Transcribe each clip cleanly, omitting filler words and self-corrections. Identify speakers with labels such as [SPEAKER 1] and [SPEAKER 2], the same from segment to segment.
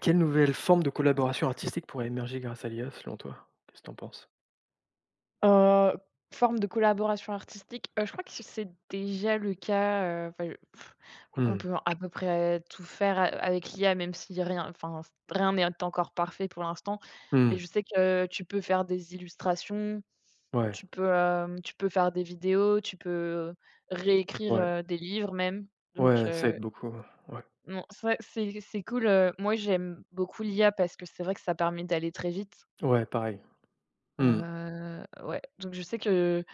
[SPEAKER 1] Quelle nouvelle forme de collaboration artistique pourrait émerger grâce à l'IA selon toi? Qu'est-ce que t'en penses?
[SPEAKER 2] Heu, Forme de collaboration artistique, je crois que c'est déjà le cas, enfin, je crois qu'on
[SPEAKER 1] Mmh.
[SPEAKER 2] peut à peu près tout faire a avec l'IA, même si rien n'est encore parfait pour l'instant. Mais
[SPEAKER 1] Mmh.
[SPEAKER 2] je sais que tu peux faire des illustrations,
[SPEAKER 1] Ouais,
[SPEAKER 2] tu peux faire des vidéos, tu peux réécrire,
[SPEAKER 1] ouais,
[SPEAKER 2] des livres même. Donc,
[SPEAKER 1] ouais, ça aide beaucoup, ouais. Ouais,
[SPEAKER 2] non, c'est cool, moi j'aime beaucoup l'IA parce que c'est vrai que ça permet d'aller très vite.
[SPEAKER 1] ouais, pareil. Mmh.
[SPEAKER 2] Ouais, donc je sais que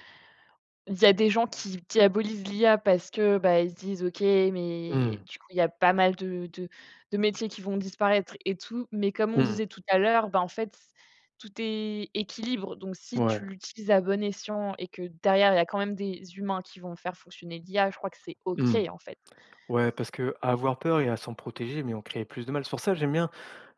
[SPEAKER 2] Il y a des gens qui diabolisent l'IA parce que, bah, ils se disent: «OK, mais
[SPEAKER 1] Mmh.
[SPEAKER 2] du coup, il y a pas mal de de métiers qui vont disparaître et tout», mais comme on
[SPEAKER 1] Mmh.
[SPEAKER 2] disait tout à l'heure, bah, en fait, tout est équilibre. Donc si tu
[SPEAKER 1] Ouais.
[SPEAKER 2] l'utilises à bon escient et que derrière, il y a quand même des humains qui vont faire fonctionner l'IA, je crois que c'est OK,
[SPEAKER 1] Mmh.
[SPEAKER 2] en fait.
[SPEAKER 1] Ouais, parce qu'à avoir peur et à s'en protéger, mais on crée plus de mal. C'est pour ça, j'aime bien,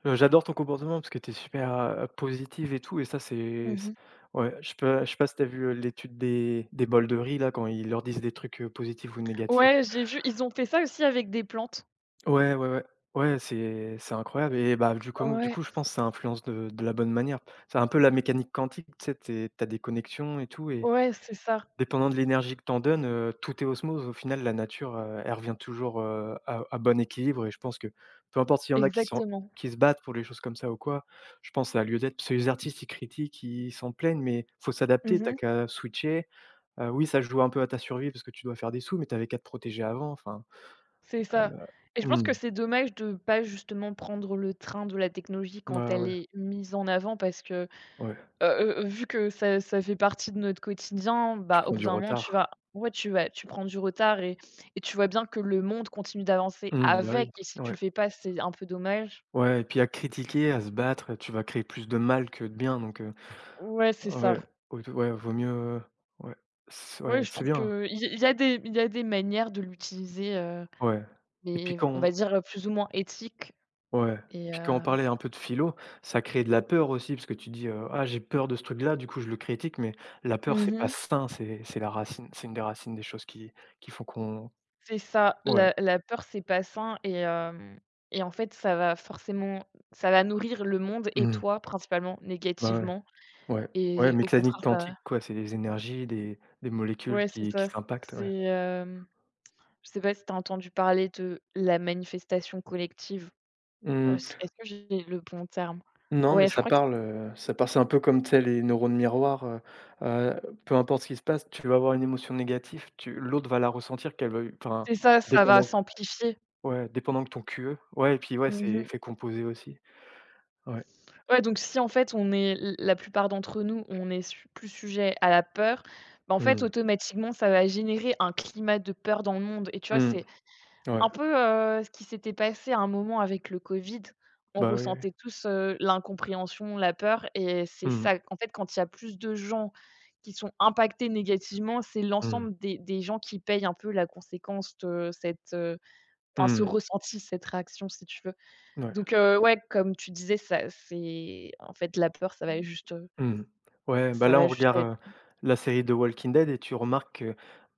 [SPEAKER 1] j'adore ton comportement parce que t'es super, positive et tout et ça c'est c
[SPEAKER 2] Mmh.
[SPEAKER 1] ouais, je sais pas si t'as vu, l'étude des bols de riz là, quand ils leur disent des trucs, positifs ou négatifs.
[SPEAKER 2] Ouais, j'ai vu, ils ont fait ça aussi avec des plantes.
[SPEAKER 1] Ouais, ouais, ouais. Ouais, c'est incroyable et bah, du coup du
[SPEAKER 2] Ouais,
[SPEAKER 1] coup, je pense que ça influence de la bonne manière. C'est un peu la mécanique quantique, tu sais, tu es des connexions et tout et
[SPEAKER 2] ouais, c'est ça,
[SPEAKER 1] dépendant de l'énergie que t'en en donnes, tout est osmose. Au final, la nature, elle revient toujours, à bon équilibre et je pense que peu importe s'il y en a qui sont
[SPEAKER 2] exactement.
[SPEAKER 1] qui se battent pour les choses comme ça ou quoi, je pense que ça a lieu d'être. Parce que les artistes, ils critiquent, ils s'en plaignent, mais faut s'adapter, t'as
[SPEAKER 2] Mmh.
[SPEAKER 1] qu'à switcher. Oui, ça joue un peu à ta survie parce que tu dois faire des sous, mais t'avais qu'à te protéger avant, enfin,
[SPEAKER 2] C'est
[SPEAKER 1] heu,
[SPEAKER 2] ça et je pense
[SPEAKER 1] mmh,
[SPEAKER 2] que c'est dommage de pas justement prendre le train de la technologie quand
[SPEAKER 1] ouais,
[SPEAKER 2] elle
[SPEAKER 1] ouais,
[SPEAKER 2] est mise en avant parce que,
[SPEAKER 1] ouais.
[SPEAKER 2] heu vu que ça fait partie de notre quotidien,
[SPEAKER 1] Tu
[SPEAKER 2] bah, au
[SPEAKER 1] prends
[SPEAKER 2] bout
[SPEAKER 1] du
[SPEAKER 2] d'un moment
[SPEAKER 1] retard.
[SPEAKER 2] tu vas tu prends du retard et tu vois bien que le monde continue d'avancer
[SPEAKER 1] Mmh, bah,
[SPEAKER 2] avec
[SPEAKER 1] oui,
[SPEAKER 2] et si tu le
[SPEAKER 1] ouais.
[SPEAKER 2] fais pas, c'est un peu dommage.
[SPEAKER 1] Ouais et puis à critiquer, à se battre, tu vas créer plus de mal que de bien donc
[SPEAKER 2] Ouais, c'est
[SPEAKER 1] ouais,
[SPEAKER 2] ça.
[SPEAKER 1] au t ouais, vaut mieux, ouais, c ouais,
[SPEAKER 2] Ouais, je
[SPEAKER 1] c'est
[SPEAKER 2] trouve qu'il
[SPEAKER 1] bien,
[SPEAKER 2] y il y a des il y a des manières de l'utiliser,
[SPEAKER 1] ouais et puis
[SPEAKER 2] mais on
[SPEAKER 1] quand
[SPEAKER 2] va dire, plus ou moins éthiques
[SPEAKER 1] on ouais,
[SPEAKER 2] et
[SPEAKER 1] puis quand on parlait un peu de philo, ça crée de la peur aussi parce que tu dis, «Ah, j'ai peur de ce truc-là, du coup, je le critique», mais la peur, c'est pas
[SPEAKER 2] mmh
[SPEAKER 1] sain, c'est la racine c'est une des racines des choses qui font qu'on
[SPEAKER 2] c'est ça,
[SPEAKER 1] ouais,
[SPEAKER 2] la peur, c'est pas sain et hem et en fait, ça va nourrir le monde et
[SPEAKER 1] mmh,
[SPEAKER 2] toi principalement
[SPEAKER 1] bah, ouais,
[SPEAKER 2] négativement
[SPEAKER 1] ouais, ouais,
[SPEAKER 2] et au
[SPEAKER 1] mécanique
[SPEAKER 2] contraire,
[SPEAKER 1] quantique, quoi, c'est des énergies, des molécules
[SPEAKER 2] c'est
[SPEAKER 1] qui
[SPEAKER 2] ça.
[SPEAKER 1] s'impactent,
[SPEAKER 2] C'est,
[SPEAKER 1] ouais.
[SPEAKER 2] je sais pas si t'as entendu parler de la manifestation collective?
[SPEAKER 1] Mmh.
[SPEAKER 2] C Est-ce que j'ai le bon terme?
[SPEAKER 1] Non, mais
[SPEAKER 2] Ouais, je
[SPEAKER 1] ça
[SPEAKER 2] crois que
[SPEAKER 1] parle, ça par c'est un peu comme, tu sais, les neurones miroirs, peu importe ce qui se passe, tu vas avoir une émotion négative, tu l'autre va la ressentir qu'elle veuille enfin,
[SPEAKER 2] c'est ça, ça va
[SPEAKER 1] dépendant
[SPEAKER 2] s'amplifier.
[SPEAKER 1] ouais, dépendant que ton QE. Ouais et puis, ouais, c'est
[SPEAKER 2] Mmh.
[SPEAKER 1] effet composé aussi. Ouais.
[SPEAKER 2] Ouais, donc si en fait on est l la plupart d'entre nous, on est su plus sujet à la peur, bah, en fait
[SPEAKER 1] Mmh.
[SPEAKER 2] automatiquement ça va générer un climat de peur dans le monde et tu vois?
[SPEAKER 1] Mmh.
[SPEAKER 2] C'est
[SPEAKER 1] Ouais.
[SPEAKER 2] un peu, ce qui s'était passé à un moment avec le Covid. On
[SPEAKER 1] Bah, oui, oui.
[SPEAKER 2] ressentait tous, l'incompréhension, la peur et c'est
[SPEAKER 1] Mmh
[SPEAKER 2] ça
[SPEAKER 1] mh.
[SPEAKER 2] en fait quand il y a plus de gens qui sont impactés négativement, c'est l'ensemble des gens qui payent un peu la conséquence de cette, ce
[SPEAKER 1] Mmh.
[SPEAKER 2] ressenti, cette réaction si tu veux.
[SPEAKER 1] Ouais.
[SPEAKER 2] Donc ouais, comme tu disais, ça c'est en fait, la peur,
[SPEAKER 1] Mmh. Ouais, bah,
[SPEAKER 2] ça
[SPEAKER 1] là,
[SPEAKER 2] va
[SPEAKER 1] on
[SPEAKER 2] juste
[SPEAKER 1] regarde,
[SPEAKER 2] être
[SPEAKER 1] la série de Walking Dead et tu remarques que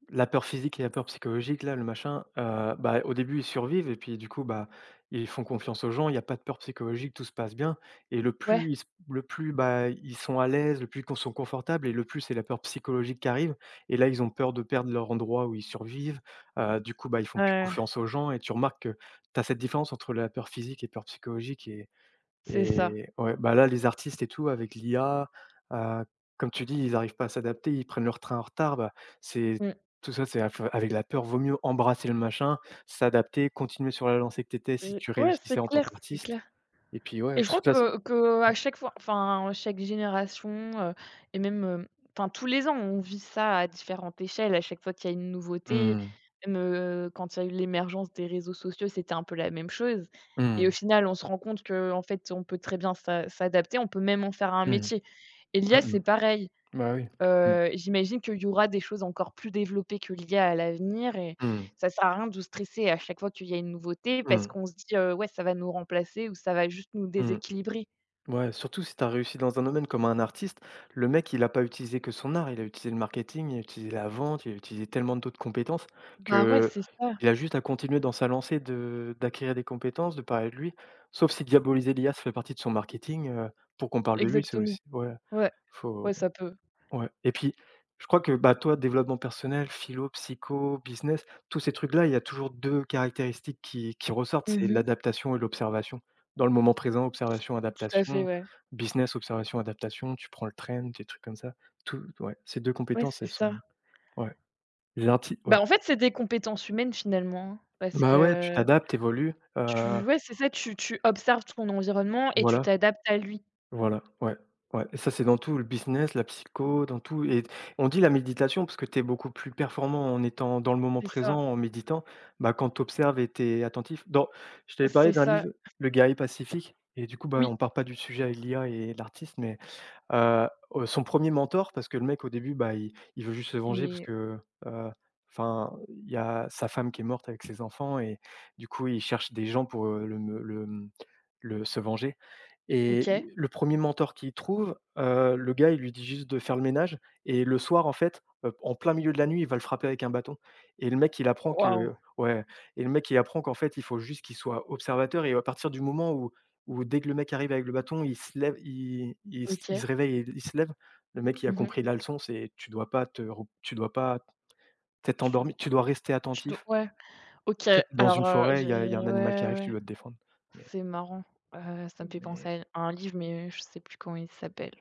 [SPEAKER 1] la peur physique et la peur psychologique là, le machin, bah, au début, ils survivent et puis du coup, bah, ils font confiance aux gens, il y a pas de peur psychologique, tout se passe bien et
[SPEAKER 2] ouais,
[SPEAKER 1] le plus, bah, ils sont à l'aise, le plus qu'on sont confortables et le plus c'est la peur psychologique qui arrive et là, ils ont peur de perdre leur endroit où ils survivent, du coup, bah, ils font plus
[SPEAKER 2] heu,
[SPEAKER 1] confiance aux gens et tu remarques que tu as cette différence entre la peur physique et peur psychologique
[SPEAKER 2] c'est ça.
[SPEAKER 1] et ouais, bah, là, les artistes et tout avec l'IA, heu, comme tu dis, ils arrivent pas à s'adapter, ils prennent leur train en retard, bah, c'est
[SPEAKER 2] Mmh.
[SPEAKER 1] tout ça, c'est af avec la peur, vaut mieux embrasser le machin, s'adapter, continuer sur la lancée que tu étais si
[SPEAKER 2] Et
[SPEAKER 1] tu
[SPEAKER 2] ouais,
[SPEAKER 1] réussissais en tant
[SPEAKER 2] c'est
[SPEAKER 1] qu'artiste
[SPEAKER 2] clair
[SPEAKER 1] et puis ouais, de
[SPEAKER 2] et je
[SPEAKER 1] toute
[SPEAKER 2] crois
[SPEAKER 1] façon
[SPEAKER 2] que qu'à chaque fois, enfin, chaque génération, heu et même, enfin, tous les ans, on vit ça à différentes échelles. À chaque fois qu'il y a une nouveauté,
[SPEAKER 1] mmh,
[SPEAKER 2] même, quand il y a eu l'émergence des réseaux sociaux, c'était un peu la même chose et au
[SPEAKER 1] mmh,
[SPEAKER 2] final, on se rend compte que en fait, on peut très bien s'adapter, on peut même en faire un
[SPEAKER 1] mmh,
[SPEAKER 2] métier et l'IA,
[SPEAKER 1] mmh mh.
[SPEAKER 2] c'est pareil.
[SPEAKER 1] Bah, oui. Mmh,
[SPEAKER 2] J'imagine qu'il y aura des choses encore plus développées que l'IA à l'avenir et
[SPEAKER 1] mmh,
[SPEAKER 2] ça sert à rien de stresser à chaque fois qu'il y a une nouveauté parce
[SPEAKER 1] mmh,
[SPEAKER 2] qu'on se dit, «Ouais, ça va nous remplacer ou ça va juste nous
[SPEAKER 1] mmh.
[SPEAKER 2] déséquilibrer».
[SPEAKER 1] Ouais, surtout si tu as réussi dans un domaine comme un artiste, le mec, il a pas utilisé que son art, il a utilisé le marketing, il a utilisé la vente, il a utilisé tellement d'autres compétences
[SPEAKER 2] Bah, ouais,
[SPEAKER 1] que
[SPEAKER 2] c'est ça,
[SPEAKER 1] il a juste à continuer dans sa lancée de d'acquérir des compétences, de parler de lui. Sauf si diaboliser l'IA, ça fait partie de son marketing, pour qu'on parle de lui, c'est
[SPEAKER 2] exactement.
[SPEAKER 1] aussi ouais,
[SPEAKER 2] Ouais,
[SPEAKER 1] faut
[SPEAKER 2] ouais, ça peut.
[SPEAKER 1] ouais et puis, je crois que, bah, toi, développement personnel, philo, psycho, business, tous ces trucs-là, il y a toujours 2 caractéristiques qui ressortent, c'est
[SPEAKER 2] Mmh.
[SPEAKER 1] l'adaptation et l'observation. Dans le moment présent, observation,
[SPEAKER 2] Tout à fait,
[SPEAKER 1] adaptation,
[SPEAKER 2] ouais.
[SPEAKER 1] business, observation, adaptation, tu prends le train, des trucs comme ça. Tout Ouais, ces 2
[SPEAKER 2] Ouais,
[SPEAKER 1] compétences,
[SPEAKER 2] c'est
[SPEAKER 1] elles sont
[SPEAKER 2] ça.
[SPEAKER 1] ouais, l'inti
[SPEAKER 2] Bah,
[SPEAKER 1] ouais.
[SPEAKER 2] en fait, c'est des compétences humaines finalement, hein, parce
[SPEAKER 1] Bah, ouais, tu
[SPEAKER 2] que
[SPEAKER 1] t'adaptes, évolues,
[SPEAKER 2] c'est ça, tu observes ton environnement et tu
[SPEAKER 1] voilà.
[SPEAKER 2] t'adaptes à lui.
[SPEAKER 1] Voilà, ouais, ouais et ça, c'est dans tout, le business, la psycho, dans tout et on dit la méditation parce que tu es beaucoup plus performant en étant dans le moment
[SPEAKER 2] C'est
[SPEAKER 1] présent,
[SPEAKER 2] ça,
[SPEAKER 1] en méditant, bah, quand tu observes et tu es attentif. Dans Je t'avais
[SPEAKER 2] c'est
[SPEAKER 1] parlé d'un
[SPEAKER 2] ça.
[SPEAKER 1] livre, Le Guerrier Pacifique et du coup, bah,
[SPEAKER 2] Oui
[SPEAKER 1] on part pas du sujet avec l'IA et l'artiste mais heu, son premier mentor parce que le mec au début, bah, il veut juste se venger parce
[SPEAKER 2] et
[SPEAKER 1] que, heu, enfin, il y a sa femme qui est morte avec ses enfants et du coup, il cherche des gens pour, le se venger. Et
[SPEAKER 2] OK.
[SPEAKER 1] le premier mentor qu'il trouve, le gars, il lui dit juste de faire le ménage et le soir, en fait, en plein milieu de la nuit, il va le frapper avec un bâton et le mec, il apprend
[SPEAKER 2] Waouh!
[SPEAKER 1] que ouais et le mec, il apprend qu'en fait, il faut juste qu'il soit observateur et à partir du moment où dès que le mec arrive avec le bâton, il se lève, il il se il
[SPEAKER 2] OK.
[SPEAKER 1] se réveille et il se lève, le mec, il a
[SPEAKER 2] Mmh.
[SPEAKER 1] compris la leçon, c'est tu dois pas te re tu dois pas t'être
[SPEAKER 2] Tu
[SPEAKER 1] endormi, tu dois rester
[SPEAKER 2] Je do
[SPEAKER 1] attentif.
[SPEAKER 2] ouais, OK.
[SPEAKER 1] Tu sais, dans une
[SPEAKER 2] Alors,
[SPEAKER 1] forêt, il y a un animal qui arrive, tu
[SPEAKER 2] ouais,
[SPEAKER 1] dois te défendre mais
[SPEAKER 2] c'est marrant. Ça me fait
[SPEAKER 1] mais
[SPEAKER 2] penser à un livre, mais je sais plus comment il s'appelle.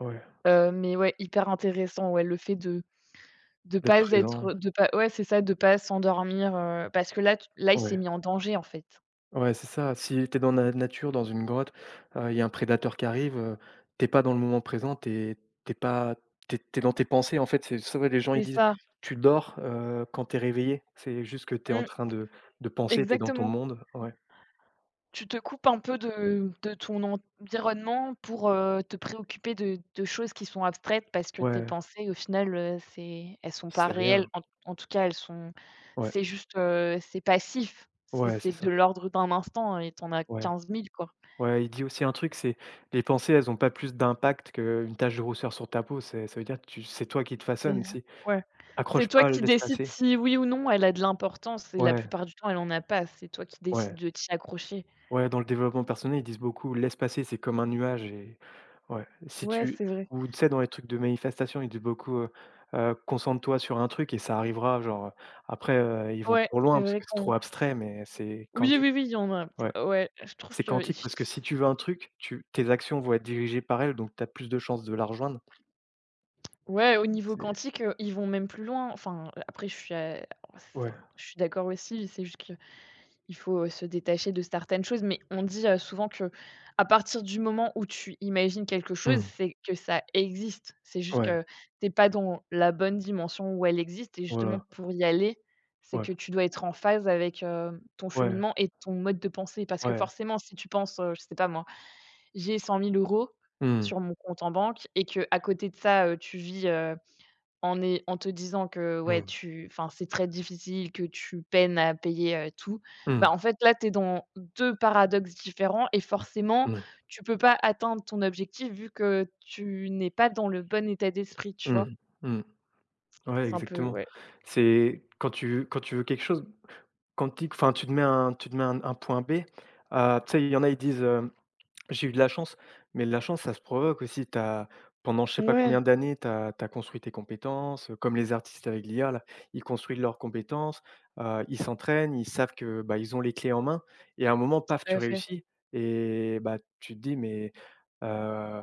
[SPEAKER 1] ouais,
[SPEAKER 2] Mais ouais, hyper intéressant, ouais, le fait de
[SPEAKER 1] d'être
[SPEAKER 2] pas
[SPEAKER 1] présent,
[SPEAKER 2] être de pas ouais, c'est ça, de pas s'endormir, parce que là, il s'est
[SPEAKER 1] ouais.
[SPEAKER 2] mis en danger, en fait.
[SPEAKER 1] Ouais, c'est ça. Si tu es dans la nature, dans une grotte, il y a un prédateur qui arrive, tu pas dans le moment présent, t'es t'es pas t'es es dans tes pensées, en fait. C'est ça, ouais, les gens, ils
[SPEAKER 2] C'est
[SPEAKER 1] disent:
[SPEAKER 2] ça.
[SPEAKER 1] «Tu dors, quand t'es réveillé». C'est juste que t'es en
[SPEAKER 2] Mmh,
[SPEAKER 1] train de penser, t'es dans ton
[SPEAKER 2] exactement.
[SPEAKER 1] monde. Ouais.
[SPEAKER 2] Tu te coupes un peu de ton environnement pour, te préoccuper de choses qui sont abstraites parce que tes
[SPEAKER 1] Ouais,
[SPEAKER 2] pensées au final, c'est elles sont pas
[SPEAKER 1] c'est
[SPEAKER 2] réelles.
[SPEAKER 1] rien.
[SPEAKER 2] En tout cas, elles sont
[SPEAKER 1] Ouais.
[SPEAKER 2] c'est juste, c'est passif.
[SPEAKER 1] Ouais,
[SPEAKER 2] C'est
[SPEAKER 1] c'est
[SPEAKER 2] de
[SPEAKER 1] ça.
[SPEAKER 2] l'ordre d'un instant et t'en as
[SPEAKER 1] Ouais.
[SPEAKER 2] 15 000 quoi.
[SPEAKER 1] Ouais, il dit aussi un truc, c'est: «Les pensées, elles ont pas plus d'impact qu'une tache de rousseur sur ta peau». C'est ça veut dire que tu c'est toi qui te
[SPEAKER 2] C'est
[SPEAKER 1] façonne. Si.
[SPEAKER 2] ouais. C'est
[SPEAKER 1] Accroche
[SPEAKER 2] toi
[SPEAKER 1] pas,
[SPEAKER 2] qui
[SPEAKER 1] laisse
[SPEAKER 2] décides
[SPEAKER 1] passer.
[SPEAKER 2] si oui ou non elle a de l'importance et la
[SPEAKER 1] Ouais,
[SPEAKER 2] plupart du temps elle en a pas. C'est toi qui décides
[SPEAKER 1] ouais.
[SPEAKER 2] de t'y accrocher.
[SPEAKER 1] Ouais, dans le développement personnel, ils disent beaucoup: «Laisse passer, c'est comme un nuage» et ouais, si
[SPEAKER 2] Ouais,
[SPEAKER 1] tu
[SPEAKER 2] c'est vrai.
[SPEAKER 1] ou tu sais, dans les trucs de manifestation, ils disent beaucoup, heu: «Concentre-toi sur un truc et ça arrivera», genre, après, ils vont
[SPEAKER 2] Ouais,
[SPEAKER 1] trop
[SPEAKER 2] c'est
[SPEAKER 1] loin parce
[SPEAKER 2] vrai
[SPEAKER 1] que c'est
[SPEAKER 2] qu'on
[SPEAKER 1] trop abstrait, mais c'est
[SPEAKER 2] Oui,
[SPEAKER 1] quantique.
[SPEAKER 2] oui, oui, il y en a
[SPEAKER 1] Ouais,
[SPEAKER 2] ouais, je trouve
[SPEAKER 1] c'est
[SPEAKER 2] qu'il…
[SPEAKER 1] quantique parce que si tu veux un truc, tu tes actions vont être dirigées par elle, donc tu as plus de chances de la rejoindre.
[SPEAKER 2] Ouais, au niveau
[SPEAKER 1] C'est
[SPEAKER 2] quantique, ils vont même plus loin.
[SPEAKER 1] ouais.
[SPEAKER 2] Enfin, je suis d'accord aussi, c'est juste qu'il faut, se détacher de certaines choses, mais on dit, souvent que à partir du moment où tu imagines quelque chose,
[SPEAKER 1] Mmh.
[SPEAKER 2] c'est que ça existe. C'est juste
[SPEAKER 1] Ouais,
[SPEAKER 2] que t'es pas dans la bonne dimension où elle existe et justement
[SPEAKER 1] voilà.
[SPEAKER 2] pour y aller, c'est
[SPEAKER 1] Ouais,
[SPEAKER 2] que tu dois être en phase avec, ton
[SPEAKER 1] ouais,
[SPEAKER 2] cheminement et ton mode de pensée. Parce que
[SPEAKER 1] ouais.
[SPEAKER 2] forcément, si tu penses, je sais pas moi, j'ai 100 000 €
[SPEAKER 1] Mmh.
[SPEAKER 2] sur mon compte en banque et que à côté de ça, tu vis, en est en te disant que,
[SPEAKER 1] Mmh.
[SPEAKER 2] c'est très difficile, que tu peines à payer, tout, bah,
[SPEAKER 1] Mmh.
[SPEAKER 2] en fait, là, tu es dans 2 paradoxes différents et forcément,
[SPEAKER 1] Mmh.
[SPEAKER 2] tu peux pas atteindre ton objectif vu que tu n'es pas dans le bon état d'esprit, tu
[SPEAKER 1] Mmh.
[SPEAKER 2] vois?
[SPEAKER 1] Mmh. Ouais,
[SPEAKER 2] C'est un peu
[SPEAKER 1] exactement.
[SPEAKER 2] ouais.
[SPEAKER 1] C'est quand tu veux quelque chose quantique, enfin, tu te mets un point B, tu sais, il y en a, ils disent, j'ai eu de la chance, mais la chance, ça se provoque aussi. T'as pendant je sais pas
[SPEAKER 2] Ouais,
[SPEAKER 1] combien d'années, tu as construit tes compétences, comme les artistes avec l'IA là, ils construisent leurs compétences, ils s'entraînent, ils savent que, bah, ils ont les clés en main et à un moment, paf,
[SPEAKER 2] tout
[SPEAKER 1] tu
[SPEAKER 2] à fait.
[SPEAKER 1] réussis et bah, tu te dis: «Mais, heu,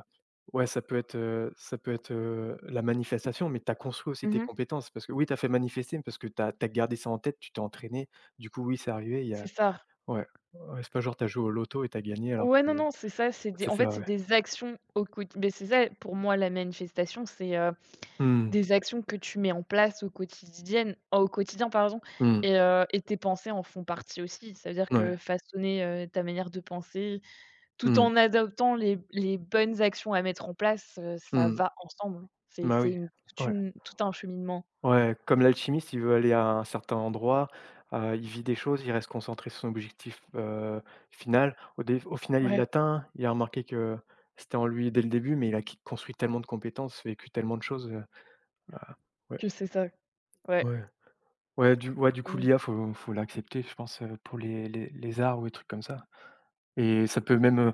[SPEAKER 1] ouais, ça peut être, la manifestation», mais tu as construit aussi tes
[SPEAKER 2] Mmh.
[SPEAKER 1] compétences parce que oui, tu as fait manifester, mais parce que tu as gardé ça en tête, tu t'es entraîné. Du coup, oui, c'est arrivé, il y
[SPEAKER 2] C'est
[SPEAKER 1] a
[SPEAKER 2] ça.
[SPEAKER 1] ouais, ouais, c'est pas genre tu as joué au loto et tu as gagné alors
[SPEAKER 2] Ouais,
[SPEAKER 1] que
[SPEAKER 2] non, non, c'est ça,
[SPEAKER 1] c'est ça,
[SPEAKER 2] c'est
[SPEAKER 1] ouais.
[SPEAKER 2] des actions au quoti mais c'est ça, pour moi, la manifestation, c'est,
[SPEAKER 1] Mmh.
[SPEAKER 2] des actions que tu mets en place au quotidien, pardon
[SPEAKER 1] Mmh.
[SPEAKER 2] et tes pensées en font partie aussi. Ça veut dire
[SPEAKER 1] Ouais.
[SPEAKER 2] que façonner, ta manière de penser, tout
[SPEAKER 1] Mmh.
[SPEAKER 2] en adoptant les bonnes actions à mettre en place, ça
[SPEAKER 1] Mmh.
[SPEAKER 2] va ensemble.
[SPEAKER 1] Bah,
[SPEAKER 2] C'est
[SPEAKER 1] oui.
[SPEAKER 2] une toute
[SPEAKER 1] Ouais.
[SPEAKER 2] une tout un cheminement.
[SPEAKER 1] Ouais, comme l'alchimiste, il veut aller à un certain endroit, il vit des choses, il reste concentré sur son objectif, final. Au final, il
[SPEAKER 2] Ouais,
[SPEAKER 1] l'atteint. Il a remarqué que c'était en lui dès le début, mais il a qui construit tellement de compétences, vécu tellement de choses, ah, ouais,
[SPEAKER 2] que c'est ça. Ouais.
[SPEAKER 1] ouais. Ouais, du coup,
[SPEAKER 2] Mmh.
[SPEAKER 1] l'IA, faut l'accepter, je pense, pour les arts ou les trucs comme ça et ça peut même,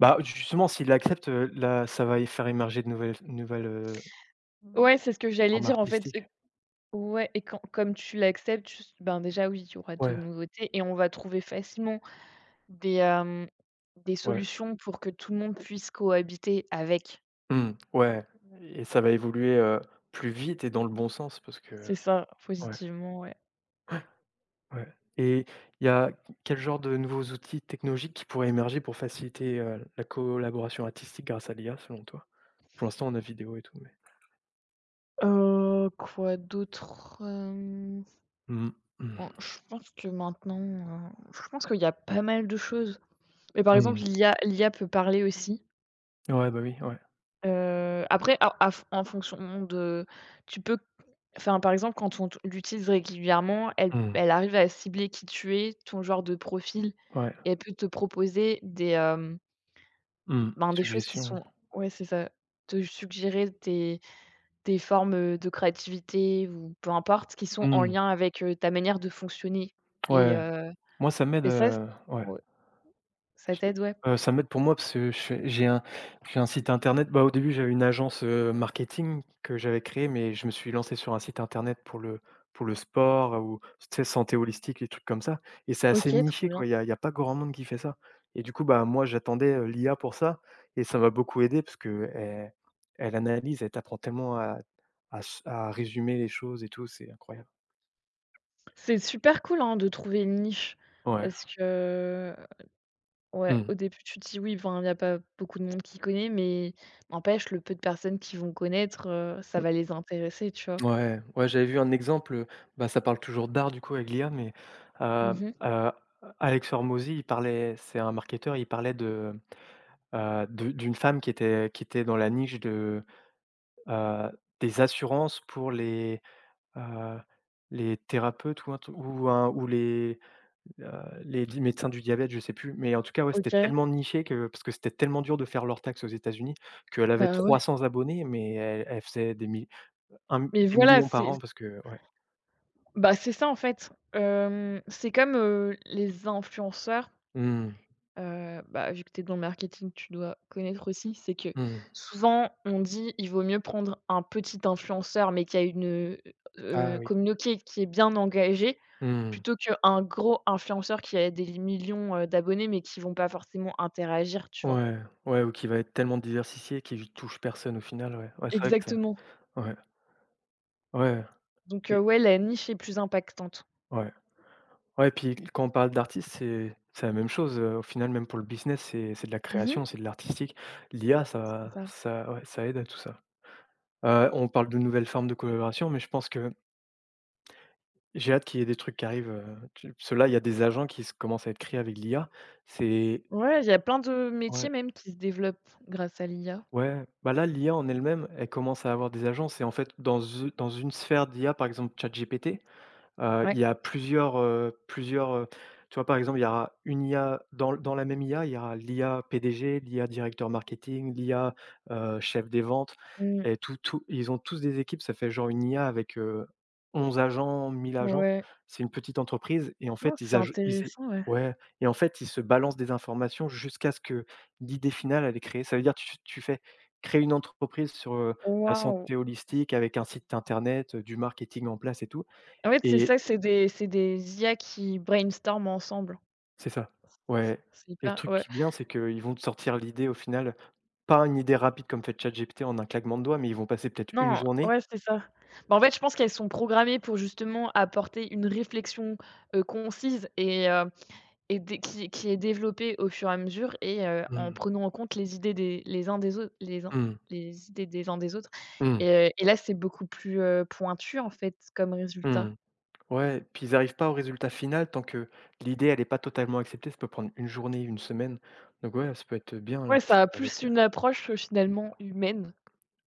[SPEAKER 1] bah, justement, s'il l'accepte, là, ça va y faire émerger de nouvelles,
[SPEAKER 2] Ouais, c'est ce que j'allais
[SPEAKER 1] forme
[SPEAKER 2] dire en fait,
[SPEAKER 1] artistique.
[SPEAKER 2] ouais et quand comme tu l'acceptes, tu s ben, déjà oui, il y aura de
[SPEAKER 1] Ouais,
[SPEAKER 2] nouveautés et on va trouver facilement des, des
[SPEAKER 1] ouais.
[SPEAKER 2] solutions pour que tout le monde puisse cohabiter avec.
[SPEAKER 1] Mmh, ouais et ça va évoluer, plus vite et dans le bon sens parce que
[SPEAKER 2] C'est ça,
[SPEAKER 1] ouais,
[SPEAKER 2] positivement, ouais.
[SPEAKER 1] ouais et il y a quel genre de nouveaux outils technologiques qui pourraient émerger pour faciliter, la collaboration artistique grâce à l'IA selon toi? Pour l'instant, on a vidéo et tout, mais
[SPEAKER 2] Quoi d'autre? Hem,
[SPEAKER 1] mmh, mmh,
[SPEAKER 2] en Je pense que maintenant, je pense qu'il y a pas mal de choses. Mais par exemple,
[SPEAKER 1] mmh.
[SPEAKER 2] l'IA peut parler aussi.
[SPEAKER 1] Ouais, bah, oui, ouais.
[SPEAKER 2] Après a à en fonction de tu peux par exemple, quand on t l'utilise régulièrement,
[SPEAKER 1] Mmh,
[SPEAKER 2] elle arrive à cibler qui tu es, ton genre de profil
[SPEAKER 1] ouais,
[SPEAKER 2] et elle peut te proposer des,
[SPEAKER 1] mmh.
[SPEAKER 2] Des choses qui
[SPEAKER 1] Suggestions.
[SPEAKER 2] sont ouais, c'est ça. Te suggérer des formes, de créativité ou peu importe, qui sont en
[SPEAKER 1] Mmh,
[SPEAKER 2] lien avec, ta manière de fonctionner et
[SPEAKER 1] ouais. Moi, ça m'aide,
[SPEAKER 2] et ça c
[SPEAKER 1] ouais.
[SPEAKER 2] ouais, ça
[SPEAKER 1] Je-
[SPEAKER 2] t'aide, ouais.
[SPEAKER 1] Ça m'aide pour moi parce que je fais j'ai un site internet. Bah, au début, j'avais une agence, marketing que j'avais créée, mais je me suis lancé sur un site internet pour le sport ou tu sais, santé holistique, les trucs comme ça. Et c'est assez
[SPEAKER 2] OK, trop
[SPEAKER 1] niché,
[SPEAKER 2] bien.
[SPEAKER 1] quoi. Il y a pas grand monde qui fait ça et du coup, bah, moi, j'attendais, l'IA pour ça et ça m'a beaucoup aidé parce qu'elle elle analyse, elle t'apprend tellement à s à résumer les choses et tout, c'est incroyable.
[SPEAKER 2] C'est super cool, hein, de trouver une niche
[SPEAKER 1] Ouais.
[SPEAKER 2] parce que ouais,
[SPEAKER 1] Mmh.
[SPEAKER 2] au début, tu te dis: «Oui, ben il y a pas beaucoup de monde qui connaît», mais n'empêche, le peu de personnes qui vont connaître, ça va les intéresser, tu vois?
[SPEAKER 1] Ouais, ouais, j'avais vu un exemple, bah, ça parle toujours d'art du coup avec l'IA, mais heu
[SPEAKER 2] Mmh.
[SPEAKER 1] heu, Alex Hormozy, il parlait c'est un marketeur, il parlait de d'une femme qui était dans la niche heu, des assurances pour heu, les thérapeutes ou un tru ou un ou heu, les di médecins du diabète, je sais plus, mais en tout cas, ouais, c'était
[SPEAKER 2] OK.
[SPEAKER 1] tellement niché que parce que c'était tellement dur de faire leurs taxes aux États-Unis qu'elle avait
[SPEAKER 2] Bah, ouais.
[SPEAKER 1] 300 abonnés, mais elle faisait des mi un
[SPEAKER 2] Mais
[SPEAKER 1] des
[SPEAKER 2] voilà,
[SPEAKER 1] millions par
[SPEAKER 2] c'est…
[SPEAKER 1] an parce que ouais.
[SPEAKER 2] Bah, c'est ça en fait. Hem, c'est comme, les influenceurs,
[SPEAKER 1] Mmh.
[SPEAKER 2] bah, vu que tu es dans le marketing, tu dois connaître aussi, c'est que
[SPEAKER 1] Mmh.
[SPEAKER 2] souvent on dit: «Il vaut mieux prendre un petit influenceur, mais qui a une,
[SPEAKER 1] Ah oui.
[SPEAKER 2] communauté qui est bien engagée,
[SPEAKER 1] Mmh.
[SPEAKER 2] plutôt qu'un gros influenceur qui a des millions, d'abonnés, mais qui vont pas forcément interagir», tu vois?
[SPEAKER 1] Ouais, ouais ou qui va être tellement diversifié qu'il touche personne au final, ouais. Ouais, c'est vrai que ça
[SPEAKER 2] Exactement.
[SPEAKER 1] ouais, ouais
[SPEAKER 2] Donc,
[SPEAKER 1] et
[SPEAKER 2] ouais, la niche est plus impactante.
[SPEAKER 1] ouais. Ouais, puis quand on parle d'artistes, c'est la même chose, au final, même pour le business, c'est de la création,
[SPEAKER 2] Mmh,
[SPEAKER 1] c'est de l'artistique. L'IA,
[SPEAKER 2] c'est
[SPEAKER 1] ça
[SPEAKER 2] ça.
[SPEAKER 1] ça ouais, ça aide à tout ça. On parle de nouvelles formes de collaboration, mais je pense que j'ai hâte qu'il y ait des trucs qui arrivent, tu parce là, il y a des agents qui se commencent à être créés avec l'IA. C'est
[SPEAKER 2] Ouais, il y a plein de métiers
[SPEAKER 1] ouais.
[SPEAKER 2] même qui se développent grâce à l'IA.
[SPEAKER 1] Ouais, bah là, l'IA en elle-même, elle commence à avoir des agences et en fait, dans une sphère d'IA, par exemple ChatGPT.
[SPEAKER 2] Ouais.
[SPEAKER 1] Il y a plusieurs, tu vois, par exemple, il y aura une IA dans la même IA, il y aura l'IA PDG, l'IA directeur marketing, chef des ventes
[SPEAKER 2] Mmh.
[SPEAKER 1] et tout ils ont tous des équipes, ça fait genre une IA avec, 11 agents, 1000 agents.
[SPEAKER 2] Ouais.
[SPEAKER 1] C'est une petite entreprise et en
[SPEAKER 2] Non,
[SPEAKER 1] fait, ils
[SPEAKER 2] c'est
[SPEAKER 1] aj ils é
[SPEAKER 2] intéressant, ouais.
[SPEAKER 1] ouais et en fait, ils se balancent des informations jusqu'à ce que l'idée finale, elle est créée. Ça veut dire tu fais créer une entreprise sur, la
[SPEAKER 2] Waouh!
[SPEAKER 1] santé holistique avec un site internet, du marketing en place et tout
[SPEAKER 2] En fait, c'est
[SPEAKER 1] et
[SPEAKER 2] ça, c'est des IA qui brainstorment ensemble.
[SPEAKER 1] c'est ça, ouais
[SPEAKER 2] C'est
[SPEAKER 1] et le
[SPEAKER 2] hyper
[SPEAKER 1] truc
[SPEAKER 2] ouais.
[SPEAKER 1] qui est bien, c'est qu'ils vont te sortir l'idée au final, pas une idée rapide comme fait ChatGPT en un claquement de doigts, mais ils vont passer peut-être une
[SPEAKER 2] Non,
[SPEAKER 1] journée.
[SPEAKER 2] ouais, c'est ça. Bah, en fait, je pense qu'elles sont programmées pour justement apporter une réflexion, concise et dé qui est développée au fur et à mesure et en
[SPEAKER 1] Mmh.
[SPEAKER 2] prenant en compte les idées des les uns des autres les uns
[SPEAKER 1] Mmh.
[SPEAKER 2] les idées des uns des autres
[SPEAKER 1] Mmh.
[SPEAKER 2] et là, c'est beaucoup plus, pointu, en fait, comme résultat.
[SPEAKER 1] Mmh. Ouais, puis ils arrivent pas au résultat final tant que l'idée elle est pas totalement acceptée, ça peut prendre une journée, une semaine, donc ouais, ça peut être bien
[SPEAKER 2] Ouais,
[SPEAKER 1] l'artiste
[SPEAKER 2] ça a plus
[SPEAKER 1] avec,
[SPEAKER 2] une approche, finalement humaine.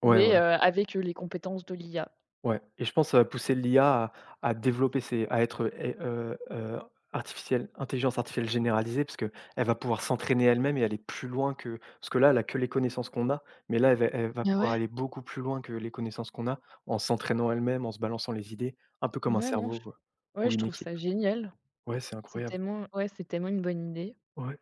[SPEAKER 1] ouais,
[SPEAKER 2] Mais,
[SPEAKER 1] voilà.
[SPEAKER 2] avec, les compétences de l'IA.
[SPEAKER 1] Ouais et je pense que ça va pousser l'IA à développer ses à être et artificielle intelligence artificielle généralisée parce que elle va pouvoir s'entraîner elle-même et aller plus loin que parce que là, elle a que les connaissances qu'on a, mais là, elle va
[SPEAKER 2] Ah ouais?
[SPEAKER 1] pouvoir aller beaucoup plus loin que les connaissances qu'on a en s'entraînant elle-même, en se balançant les idées, un peu comme un
[SPEAKER 2] Ouais, non, je
[SPEAKER 1] cerveau, quoi,
[SPEAKER 2] Ouais,
[SPEAKER 1] ou
[SPEAKER 2] je
[SPEAKER 1] une
[SPEAKER 2] trouve
[SPEAKER 1] équipe.
[SPEAKER 2] ça génial.
[SPEAKER 1] Ouais, c'est incroyable.
[SPEAKER 2] C'est tellement une bonne idée.
[SPEAKER 1] Ouais.